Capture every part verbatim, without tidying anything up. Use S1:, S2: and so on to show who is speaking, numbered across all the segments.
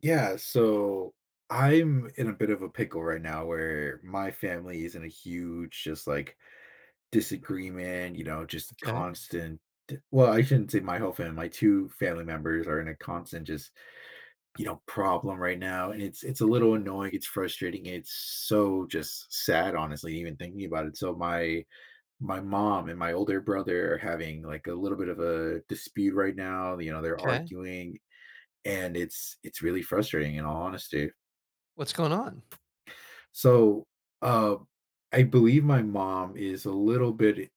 S1: Yeah, so I'm in a bit of a pickle right now where my family is in a huge just like disagreement, you know, just
S2: Okay. Okay.
S1: constant well, I shouldn't say my whole family. My two family members are in a constant just, you know, problem right now. And it's it's a little annoying, it's frustrating, it's so just sad, honestly, even thinking about it. So my my mom and my older brother are having like a little bit of a dispute right now. You know, they're arguing and it's it's really frustrating in all honesty.
S2: What's going on?
S1: So, uh, I believe my mom is a little bit,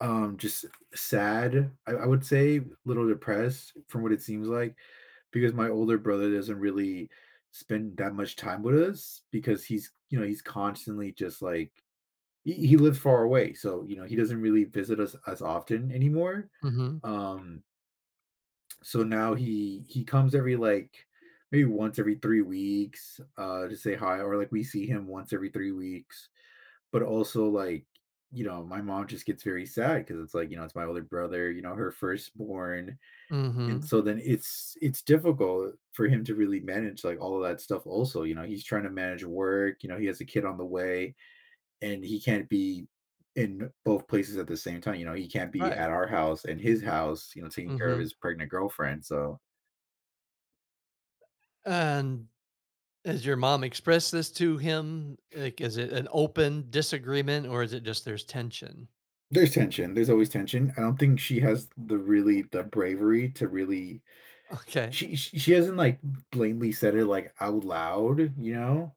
S1: um, just sad, I I would say, a little depressed from what it seems like, because my older brother doesn't really spend that much time with us because he's, you know, he's constantly just like he he lives far away, so, you know, he doesn't really visit us as often anymore.
S2: Mhm,
S1: Um, so now he he comes every, like, maybe once every three weeks, uh, to say hi, or, like, we see him once every three weeks. But also, like, you know, my mom just gets very sad because it's like, you know, it's my older brother, you know, her firstborn, and
S2: mhm.
S1: so then it's it's difficult for him to really manage, like, all of that stuff also, you know, he's trying to manage work, you know, he has a kid on the way, and he can't be in both places at the same time, you know, he can't be at
S2: Right.
S1: our house and his house, you know,
S2: Mm.
S1: taking care of
S2: Mhm.
S1: his pregnant girlfriend, so
S2: And has your mom expressed this to him? Like, is it an open disagreement, or is it just there's tension?
S1: there's tension, there's always tension. I don't think she has the really the bravery to really
S2: Okay.
S1: she she she hasn't like blatantly said it like out loud, you know,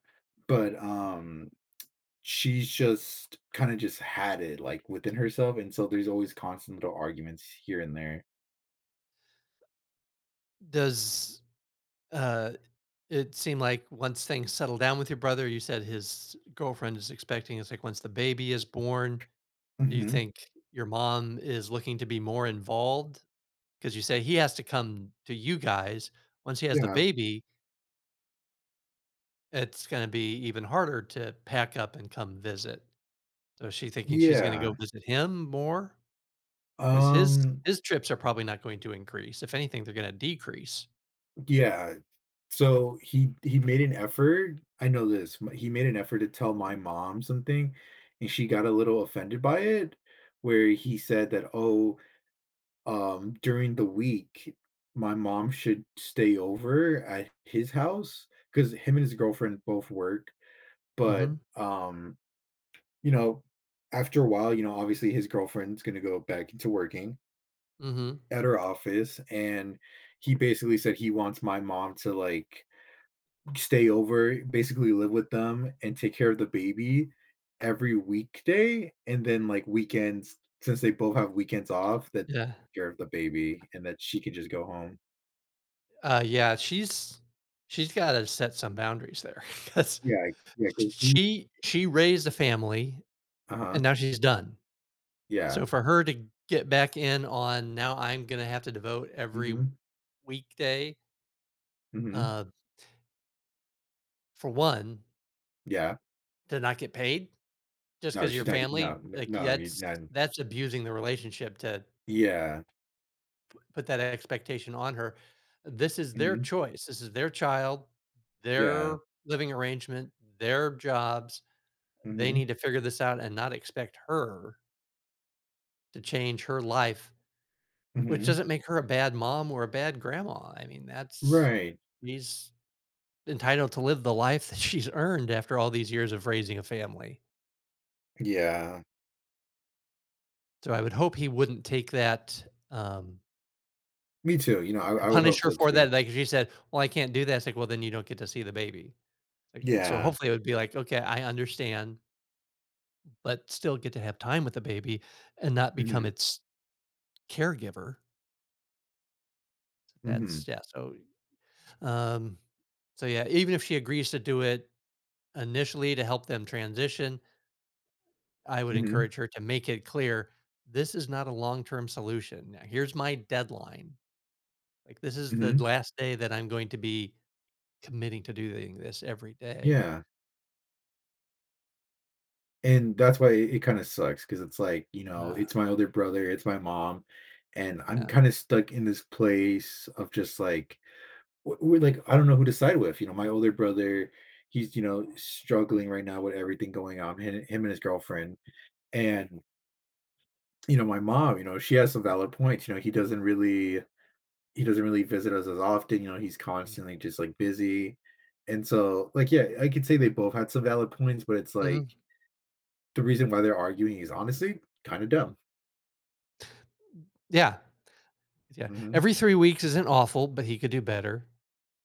S1: but um she's just kind of just had it like within herself, and so there's always constant little arguments here and there.
S2: Does, uh, it seem like once things settle down with your brother, you said his girlfriend is expecting, it's like once the baby is born, do you
S1: hmm
S2: think your mom is looking to be more involved? Because you say he has to come to you guys. Once he has the
S1: Yeah,
S2: baby, it's gonna be even harder to pack up and come visit. So, is she thinking she's gonna
S1: yeah,
S2: go visit him more because his
S1: um,
S2: his trips are probably not going to increase? If anything, they're gonna decrease.
S1: yeah. So he he made an effort. I know this. m- He made an effort to tell my mom something, and she got a little offended by it, where he said that, "Oh, um, during the week, my mom should stay over at his house because him and his girlfriend both work, but,
S2: Mhm,
S1: um, you know, after a while, you know, obviously his girlfriend's gonna go back into working
S2: mhm.
S1: at her office, and he basically said he wants my mom to, like, stay over, basically live with them and take care of the baby every weekday, and then, like, weekends since they both have weekends off, that
S2: Yeah.
S1: take care of the baby and that she could just go home."
S2: Uh, yeah, she's she's gotta set some boundaries there because
S1: Yeah, yeah, 'cause mm
S2: she she raised a family,
S1: Uh-huh,
S2: and now she's done.
S1: yeah.
S2: So, for her to get back in on, "Now I'm gonna have to devote every
S1: Mhm,
S2: weekday,"
S1: mhm,
S2: uh, for one,
S1: yeah.
S2: to not get paid. Just
S1: No,
S2: because your
S1: she's not
S2: family,
S1: no, no,
S2: like,
S1: no, you
S2: that's
S1: not
S2: that's abusing the relationship to
S1: yeah,
S2: put that expectation on her. This is their
S1: mhm,
S2: choice. This is their child,
S1: yeah,
S2: their living arrangement, their jobs. They need
S1: mhm,
S2: to figure this out and not expect her to change her life, which
S1: mhm,
S2: doesn't make her a bad mom or a bad grandma. I mean, that's
S1: right,
S2: she's entitled to live the life that she's earned after all these years of raising a family.
S1: yeah.
S2: So I would hope he wouldn't take that, um.
S1: Me too, you know,
S2: Like,
S1: I
S2: to
S1: I would hope
S2: punish her
S1: so
S2: for
S1: too.
S2: that, like, if she said, "Well, I can't do that," it's like, "Well, then you don't get to see the baby." Like, uh, so
S1: Yeah,
S2: hopefully it would be like, "Okay, I understand, but still get to have time with the baby and not become
S1: mhm,
S2: its caregiver."
S1: mhm,
S2: That's Yeah, so, um, so yeah, even if she agrees to do it initially to help them transition, I would
S1: mhm,
S2: encourage her to make it clear, "This is not a long-term solution. Now, here's my deadline. Like, this is the
S1: mhm,
S2: last day that I'm going to be committing to doing this every day."
S1: yeah, and that's why it it kinda sucks 'cause it's like, you know,
S2: Uh,
S1: it's my older brother, it's my mom, and I'm
S2: yeah.
S1: kinda stuck in this place of just, like w- we're like I don't know who to side with. You know, my older brother, he's you know struggling right now with everything going on. Him, him and his girlfriend, and you know my mom. You know, she has some valid points. You know, he doesn't really he doesn't really visit us as often. You know, he's constantly just like busy, and so like yeah, I could say they both had some valid points, but it's like
S2: Mhm.
S1: the reason why they're arguing is honestly kind of dumb.
S2: Yeah, yeah.
S1: hmm
S2: Every three weeks isn't awful, but he could do better.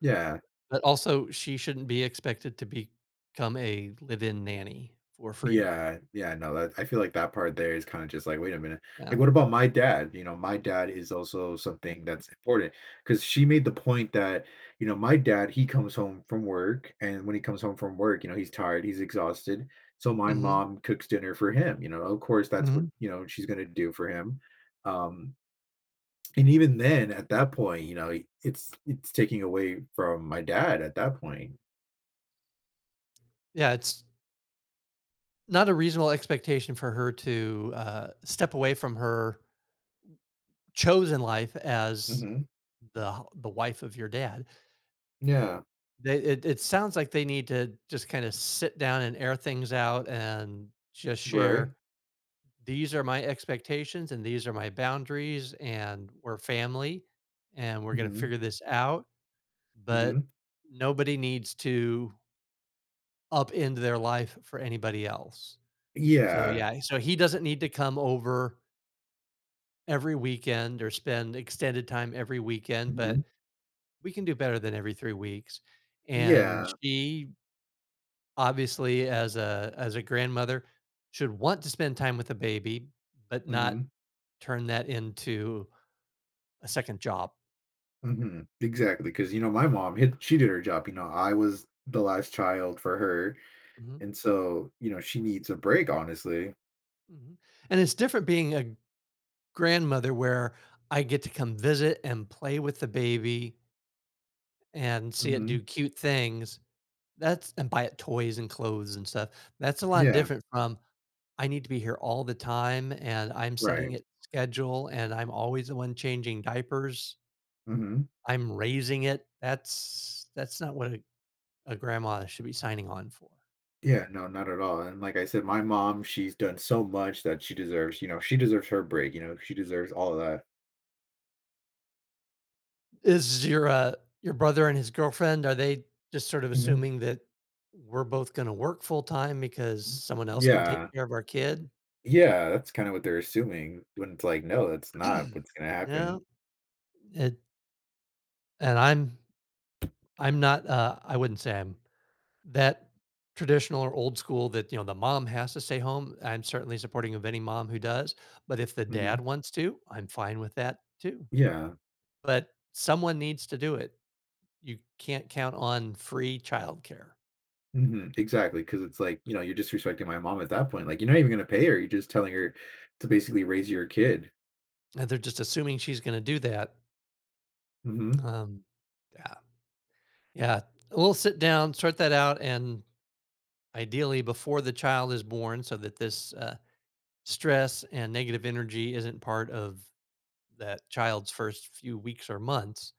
S1: Yeah.
S2: But also, she shouldn't be expected to become a live-in nanny for free.
S1: Yeah, yeah, no, that I feel like that part there is kind of just like, wait a minute,
S2: Yeah.
S1: like, what about my dad? You know, my dad is also something that's important because she made the point that, you know, my dad, he comes home from work, and when he comes home from work, you know, he's tired, he's exhausted. So my
S2: Mhm,
S1: mom cooks dinner for him, you know, of course, that's what,
S2: mhm.
S1: you know, she's gonna do for him. Um, and even then, at that point, you know, it's it's taking away from my dad at that point.
S2: Yeah, it's not a reasonable expectation for her to, uh, step away from her chosen life as
S1: hmm
S2: the h the wife of your dad.
S1: Yeah,
S2: They it it sounds like they need to just kinda sit down and air things out and just
S1: right.
S2: share, these are my expectations and these are my boundaries, and we're family and we're going to
S1: hmm
S2: figure this out, but
S1: hmm
S2: nobody needs to upend their life for anybody else. So
S1: Yeah.
S2: yeah, so he doesn't need to come over every weekend or spend extended time every weekend,
S1: Mhm.
S2: but we can do better than every three weeks. And
S1: Yeah.
S2: she obviously, as a as a grandmother, should want to spend time with the baby, but not
S1: Mhm.
S2: turn that into a second job.
S1: Mhm. Because you know, my mom hit she did her job, you know, I was the last child for her,
S2: Mhm,
S1: and so, you know, she needs a break, honestly.
S2: mhm, and it's different being a grandmother where I get to come visit and play with the baby and see it
S1: Mhm.
S2: do cute things. That's and buy it toys and clothes and stuff. That's a lot
S1: Yeah.
S2: different from, "I need to be here all the time, and I'm setting
S1: Right.
S2: it schedule, and I'm always the one changing diapers.
S1: Mhm.
S2: I'm raising it." That's that's not what a a grandma should be signing on for.
S1: Yeah, no, not at all, and like I said, my mom, she's done so much that she deserves you know, she deserves her break, you know, she deserves all of that.
S2: Is your uh, your brother and his girlfriend, are they just sort of
S1: Mhm.
S2: assuming that we're both gonna work full time because someone else can take
S1: Yeah.
S2: care of our kid?
S1: Yeah, that's kinda what they're assuming when it's like, no, that's not what's gonna happen.
S2: No, it, and I'm I'm not, uh, I wouldn't say I'm that traditional or old school that, you know, the mom has to stay home. I'm certainly supporting of any mom who does, but if the dad
S1: Mhm.
S2: wants to, I'm fine with that too.
S1: Yeah.
S2: But someone needs to do it. You can't count on free childcare.
S1: Mhm, because it's like, you know, you're disrespecting my mom at that point, like, you're not even gonna pay her, you're just telling her to basically raise your kid.
S2: And they're just assuming she's gonna do that.
S1: Mhm.
S2: Um, yeah, yeah. We'll sit down, sort that out, and ideally before the child is born, so that this uh, stress and negative energy isn't part of that child's first few weeks or months.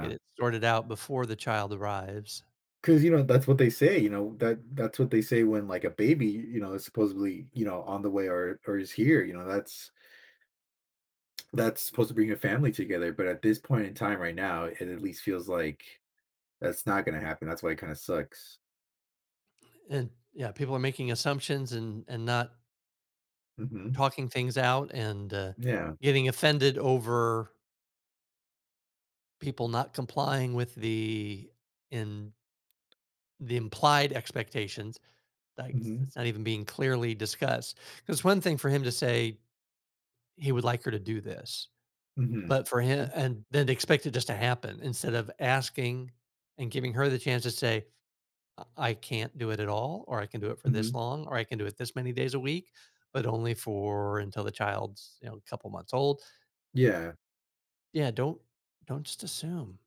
S2: Get it sorted out before the child arrives.
S1: you know, that's what they say, you know, that that's what they say when, like, a baby, you know, is supposedly, you know, on the way or or is here, you know, that's that's supposed to bring a family together, but at this point in time right now, it at least feels like that's not gonna happen, that's why it kinda sucks.
S2: And yeah, people are making assumptions and and not
S1: Mhm.
S2: talking things out and uh,
S1: Yeah.
S2: getting offended over people not complying with the in the implied expectations. Like it's
S1: Mhm.
S2: it's not even being clearly discussed. Because one thing for him to say he would like her to do this,
S1: Mhm.
S2: but for him and then to expect it just to happen instead of asking and giving her the chance to say, "I I can't do it at all, or I can do it for this
S1: Mhm.
S2: long, or I can do it this many days a week, but only for until the child's you know a couple months old."
S1: Yeah.
S2: Yeah, don't don't just assume.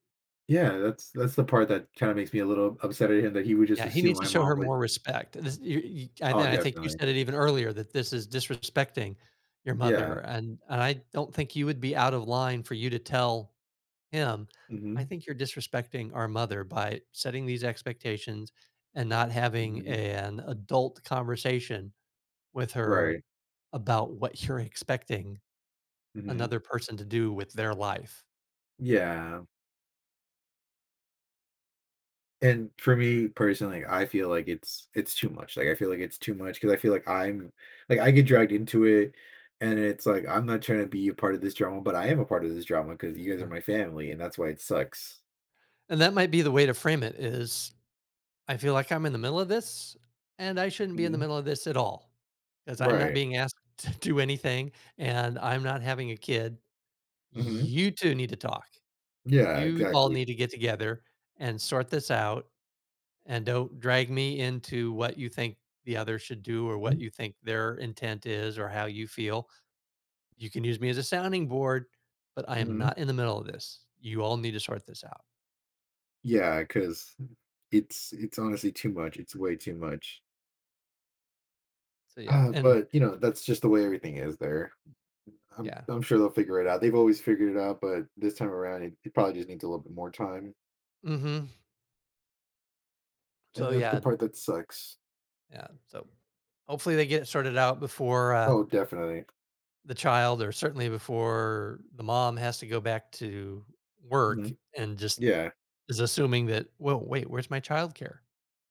S1: Yeah, that's that's the part that kinda makes me a little upset at him that he would just
S2: Yeah, he
S1: assume
S2: needs to
S1: my
S2: show
S1: mom
S2: her
S1: would
S2: more respect. This you you I
S1: Oh,
S2: then I think you
S1: definitely.
S2: said it even earlier that this is disrespecting your
S1: Yeah.
S2: mother, and and I don't think you would be out of line for you to tell him, "I
S1: Mhm.
S2: think you're disrespecting our mother by setting these expectations and not having
S1: Mhm.
S2: an adult conversation with her
S1: Right.
S2: about what you're expecting."
S1: Mhm.
S2: Another person to do with their life.
S1: Yeah. And for me personally, like, I feel like it's it's too much. Like, I feel like it's too much because I feel like I'm like, I get dragged into it, and it's like, I'm not trying to be a part of this drama, but I am a part of this drama because you guys are
S2: Yeah,
S1: my family, and that's why it sucks.
S2: and that might be the way to frame it is, "I feel like I'm in the middle of this, and I shouldn't be in the
S1: Mhm.
S2: middle of this at all, because 'cause I'm not
S1: Right.
S2: being asked to do anything, and I'm not having a kid.
S1: Mhm.
S2: You two need to talk."
S1: Yeah,
S2: You all
S1: exactly.
S2: need to get together and sort this out, and don't drag me into what you think the other should do or
S1: Mhm.
S2: what you think their intent is or how you feel. You can use me as a sounding board, but I am
S1: Mhm.
S2: not in the middle of this. You all need to sort this out.
S1: Yeah, 'cause It's it's honestly too much, it's way too much.
S2: So, yeah,
S1: Uh,
S2: and
S1: but, you know, that's just the way everything is there. I'm
S2: yeah.
S1: I'm sure they'll figure it out. They've always figured it out, but this time around, it it probably just needs a little bit more time,
S2: Mhm.
S1: and
S2: So,
S1: that's the
S2: yeah,
S1: part that sucks.
S2: yeah. So, hopefully they get it sorted out before, uh,
S1: Oh, definitely.
S2: the child, or certainly before the mom has to go back to work
S1: Mhm.
S2: and just
S1: Yeah.
S2: is assuming that, "Well, wait, where's my childcare?"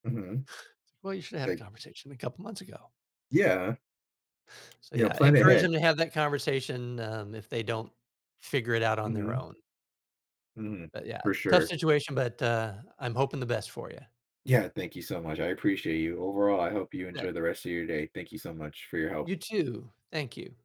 S1: Mhm.
S2: Well, you shoulda had a
S1: Like,
S2: conversation a couple months ago.
S1: yeah,
S2: So,
S1: you know,
S2: yeah,
S1: plan
S2: encourage
S1: ahead.
S2: them to have that conversation, um, if they don't figure it out on their
S1: Mhm.
S2: own.
S1: Mhm.
S2: But, yeah,
S1: For
S2: tough
S1: sure.
S2: situation, but, uh, I'm hoping the best for you.
S1: Yeah, thank you so much. I appreciate you. Overall, I hope you
S2: You
S1: enjoy the rest of your day. Thank you so much for your help.
S2: You too. Thank you.